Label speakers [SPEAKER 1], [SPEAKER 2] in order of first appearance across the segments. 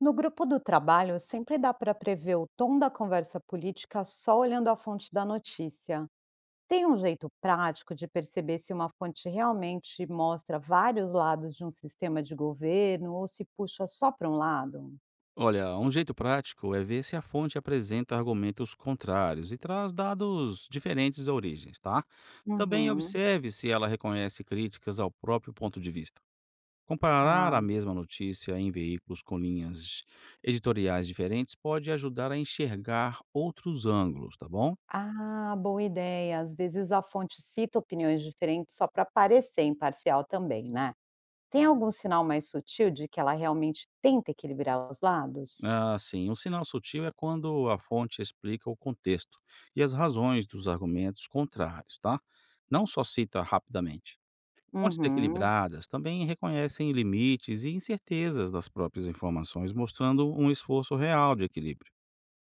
[SPEAKER 1] No grupo do trabalho, sempre dá para prever o tom da conversa política só olhando a fonte da notícia. Tem um jeito prático de perceber se uma fonte realmente mostra vários lados de um sistema de governo ou se puxa só para um lado?
[SPEAKER 2] Olha, um jeito prático é ver se a fonte apresenta argumentos contrários e traz dados diferentes de origens, tá? Também
[SPEAKER 1] Uhum.
[SPEAKER 2] observe se ela reconhece críticas ao próprio ponto de vista. Comparar
[SPEAKER 1] Tá.
[SPEAKER 2] a mesma notícia em veículos com linhas editoriais diferentes pode ajudar a enxergar outros ângulos, tá bom?
[SPEAKER 1] Ah, boa ideia. Às vezes a fonte cita opiniões diferentes só para parecer imparcial também, né? Tem algum sinal mais sutil de que ela realmente tenta equilibrar os lados?
[SPEAKER 2] Assim, um sinal sutil é quando a fonte explica o contexto e as razões dos argumentos contrários, tá? Não só cita rapidamente. Fontes
[SPEAKER 1] Uhum.
[SPEAKER 2] equilibradas também reconhecem limites e incertezas das próprias informações, mostrando um esforço real de equilíbrio.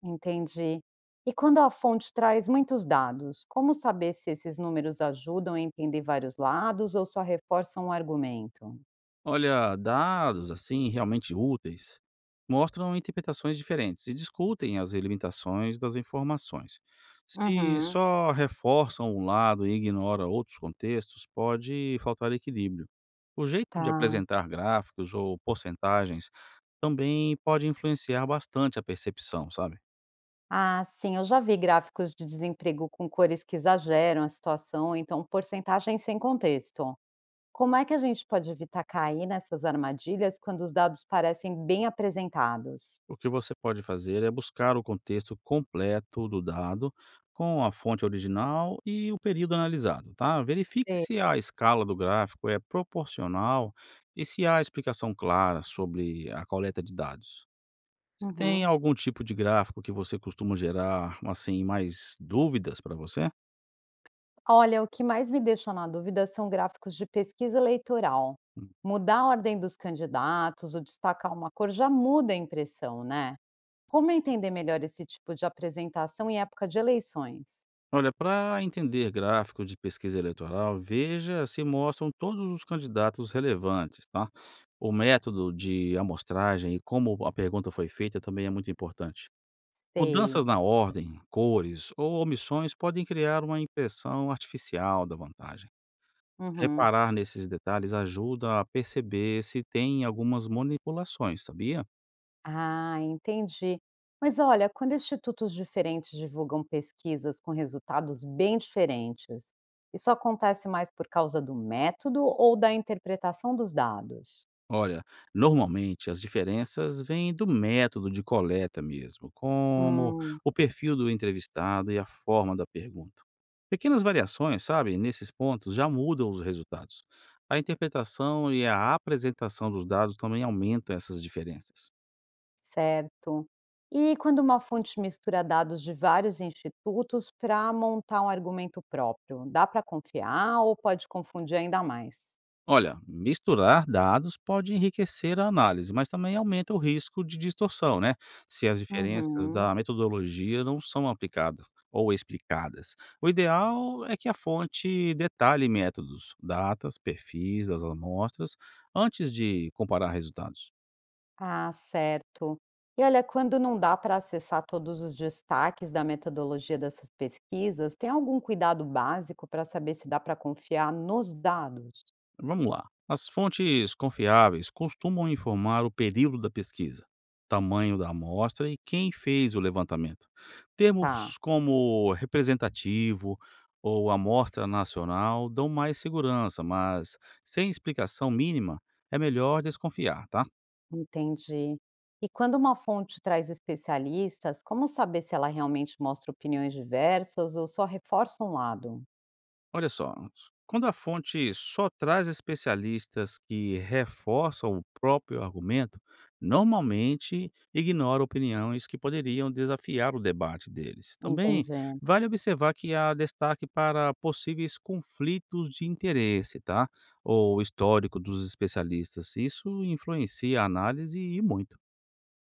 [SPEAKER 1] Entendi. E quando a fonte traz muitos dados, como saber se esses números ajudam a entender vários lados ou só reforçam o argumento?
[SPEAKER 2] Olha, dados assim realmente úteis mostram interpretações diferentes e discutem as limitações das informações. Se
[SPEAKER 1] Uhum.
[SPEAKER 2] só reforçam um lado e ignora outros contextos, pode faltar equilíbrio. O jeito de
[SPEAKER 1] Tá.
[SPEAKER 2] apresentar gráficos ou porcentagens também pode influenciar bastante a percepção, sabe?
[SPEAKER 1] Ah, sim, eu já vi gráficos de desemprego com cores que exageram a situação, ou então porcentagens sem contexto. Como é que a gente pode evitar cair nessas armadilhas quando os dados parecem bem apresentados?
[SPEAKER 2] O que você pode fazer é buscar o contexto completo do dado, com a fonte original e o período analisado, tá? Verifique
[SPEAKER 1] Sei.
[SPEAKER 2] se a escala do gráfico é proporcional e se há explicação clara sobre a coleta de dados. Você tem
[SPEAKER 1] Uhum.
[SPEAKER 2] algum tipo de gráfico que você costuma gerar, assim, mais dúvidas para você?
[SPEAKER 1] Olha, o que mais me deixa na dúvida são gráficos de pesquisa eleitoral. Mudar a ordem dos candidatos ou destacar uma cor já muda a impressão, né? Como entender melhor esse tipo de apresentação em época de eleições?
[SPEAKER 2] Olha, para entender gráficos de pesquisa eleitoral, veja se mostram todos os candidatos relevantes, tá? O método de amostragem e como a pergunta foi feita também é muito importante. Mudanças
[SPEAKER 1] Sei.
[SPEAKER 2] na ordem, cores ou omissões podem criar uma impressão artificial da vantagem.
[SPEAKER 1] Uhum.
[SPEAKER 2] Reparar nesses detalhes ajuda a perceber se tem algumas manipulações, sabia?
[SPEAKER 1] Ah, entendi. Mas olha, quando institutos diferentes divulgam pesquisas com resultados bem diferentes, isso acontece mais por causa do método ou da interpretação dos dados?
[SPEAKER 2] Olha, normalmente as diferenças vêm do método de coleta mesmo, como
[SPEAKER 1] Hum.
[SPEAKER 2] o perfil do entrevistado e a forma da pergunta. Pequenas variações, sabe, nesses pontos já mudam os resultados. A interpretação e a apresentação dos dados também aumentam essas diferenças.
[SPEAKER 1] Certo. E quando uma fonte mistura dados de vários institutos para montar um argumento próprio, dá para confiar ou pode confundir ainda mais?
[SPEAKER 2] Olha, misturar dados pode enriquecer a análise, mas também aumenta o risco de distorção, né? Se as diferenças
[SPEAKER 1] Uhum.
[SPEAKER 2] da metodologia não são aplicadas ou explicadas. O ideal é que a fonte detalhe métodos, datas, perfis das amostras antes de comparar resultados.
[SPEAKER 1] Ah, certo. E olha, quando não dá para acessar todos os destaques da metodologia dessas pesquisas, tem algum cuidado básico para saber se dá para confiar nos dados?
[SPEAKER 2] Vamos lá. As fontes confiáveis costumam informar o período da pesquisa, tamanho da amostra e quem fez o levantamento.
[SPEAKER 1] Tá.
[SPEAKER 2] Termos como representativo ou amostra nacional dão mais segurança, mas sem explicação mínima é melhor desconfiar, tá?
[SPEAKER 1] Entendi. E quando uma fonte traz especialistas, como saber se ela realmente mostra opiniões diversas ou só reforça um lado?
[SPEAKER 2] Olha só, quando a fonte só traz especialistas que reforçam o próprio argumento, normalmente ignora opiniões que poderiam desafiar o debate deles. Também
[SPEAKER 1] Entendi,
[SPEAKER 2] vale observar que há destaque para possíveis conflitos de interesse, tá? Ou histórico dos especialistas. Isso influencia a análise e muito.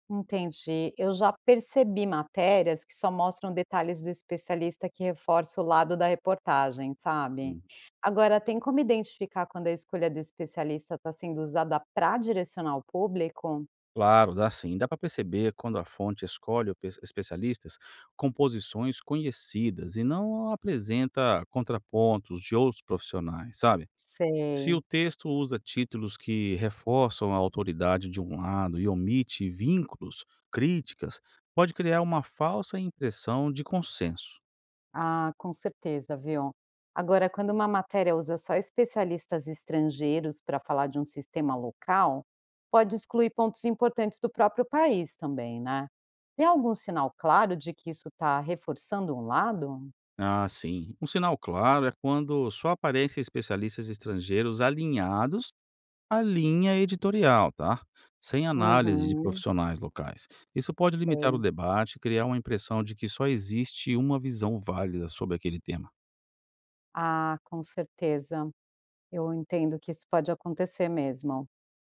[SPEAKER 1] entendi. Eu já percebi matérias que só mostram detalhes do especialista que reforça o lado da reportagem, sabe? Agora, tem como identificar quando a escolha do especialista está sendo usada para direcionar o público?
[SPEAKER 2] Claro, dá sim. Dá para perceber quando a fonte escolhe o especialistas composições conhecidas e não apresenta contrapontos de outros profissionais, sabe? Se
[SPEAKER 1] Sei.
[SPEAKER 2] o texto usa títulos que reforçam a autoridade de um lado e omite vínculos, críticas, pode criar uma falsa impressão de consenso.
[SPEAKER 1] Ah, com certeza, viu. Agora, quando uma matéria usa só especialistas estrangeiros para falar de um sistema local, pode excluir pontos importantes do próprio país também, né? Tem algum sinal claro de que isso está reforçando um lado?
[SPEAKER 2] Ah, sim. Um sinal claro é quando só aparecem especialistas estrangeiros alinhados a linha editorial, tá? Sem análise de
[SPEAKER 1] Uhum,
[SPEAKER 2] profissionais locais. Isso pode limitar o
[SPEAKER 1] sei.
[SPEAKER 2] debate e criar uma impressão de que só existe uma visão válida sobre aquele tema.
[SPEAKER 1] Ah, com certeza. Eu entendo que isso pode acontecer mesmo.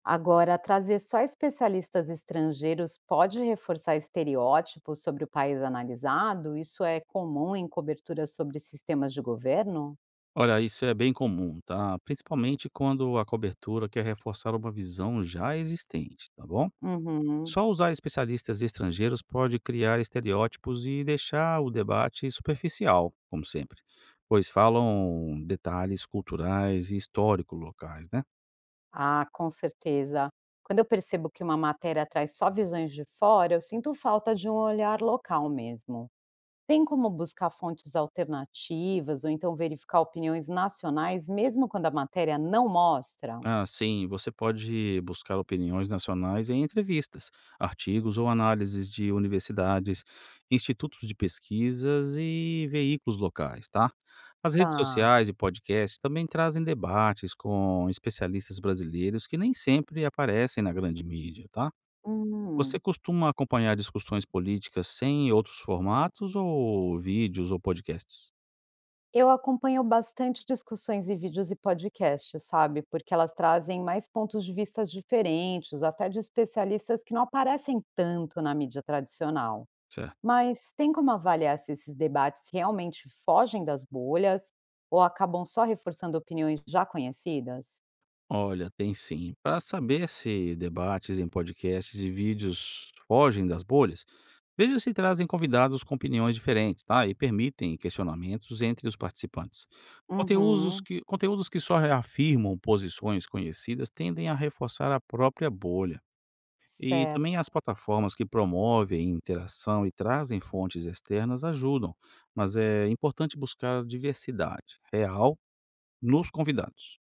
[SPEAKER 1] Agora, trazer só especialistas estrangeiros pode reforçar estereótipos sobre o país analisado? Isso é comum em coberturas sobre sistemas de governo?
[SPEAKER 2] Olha, isso é bem comum, tá? Principalmente quando a cobertura quer reforçar uma visão já existente, tá bom?
[SPEAKER 1] Uhum.
[SPEAKER 2] Só usar especialistas estrangeiros pode criar estereótipos e deixar o debate superficial, como sempre, pois falam detalhes culturais e históricos locais, né?
[SPEAKER 1] Ah, com certeza. Quando eu percebo que uma matéria traz só visões de fora, eu sinto falta de um olhar local mesmo. Tem como buscar fontes alternativas ou então verificar opiniões nacionais, mesmo quando a matéria não mostra?
[SPEAKER 2] Ah, sim, você pode buscar opiniões nacionais em entrevistas, artigos ou análises de universidades, institutos de pesquisas e veículos locais, tá? As redes
[SPEAKER 1] Tá.
[SPEAKER 2] sociais e podcasts também trazem debates com especialistas brasileiros que nem sempre aparecem na grande mídia, tá? Você
[SPEAKER 1] Hum.
[SPEAKER 2] costuma acompanhar discussões políticas sem outros formatos ou vídeos ou podcasts?
[SPEAKER 1] Eu acompanho bastante discussões e vídeos e podcasts, sabe? Porque elas trazem mais pontos de vista diferentes, até de especialistas que não aparecem tanto na mídia tradicional.
[SPEAKER 2] Certo.
[SPEAKER 1] Mas tem como avaliar se esses debates realmente fogem das bolhas ou acabam só reforçando opiniões já conhecidas?
[SPEAKER 2] Olha, tem sim. Para saber se debates em podcasts e vídeos fogem das bolhas, veja se trazem convidados com opiniões diferentes, tá? E permitem questionamentos entre os participantes. Conteúdos
[SPEAKER 1] Uhum,
[SPEAKER 2] que, conteúdos que só reafirmam posições conhecidas tendem a reforçar a própria bolha. E também
[SPEAKER 1] certo,
[SPEAKER 2] as plataformas que promovem interação e trazem fontes externas ajudam, mas é importante buscar a diversidade real nos convidados.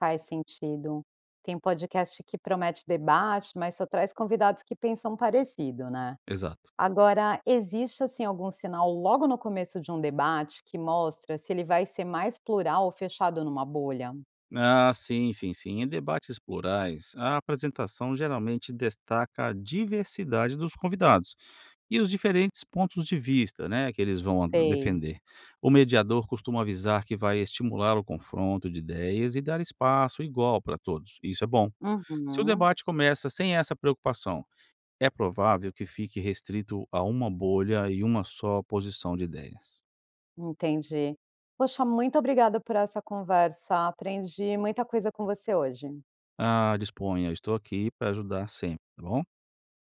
[SPEAKER 1] faz sentido. Tem podcast que promete debate, mas só traz convidados que pensam parecido, né?
[SPEAKER 2] Exato.
[SPEAKER 1] Agora, existe assim algum sinal logo no começo de um debate que mostra se ele vai ser mais plural ou fechado numa bolha?
[SPEAKER 2] Ah, sim. Em debates plurais, a apresentação geralmente destaca a diversidade dos convidados e os diferentes pontos de vista, né, que eles vão
[SPEAKER 1] Sei.
[SPEAKER 2] defender. O mediador costuma avisar que vai estimular o confronto de ideias e dar espaço igual para todos. Isso é bom. Se o
[SPEAKER 1] Uhum,
[SPEAKER 2] debate começa sem essa preocupação, é provável que fique restrito a uma bolha e uma só posição de ideias.
[SPEAKER 1] entendi. Poxa, muito obrigada por essa conversa. Aprendi muita coisa com você hoje.
[SPEAKER 2] Ah, disponha, eu estou aqui para ajudar sempre, tá bom?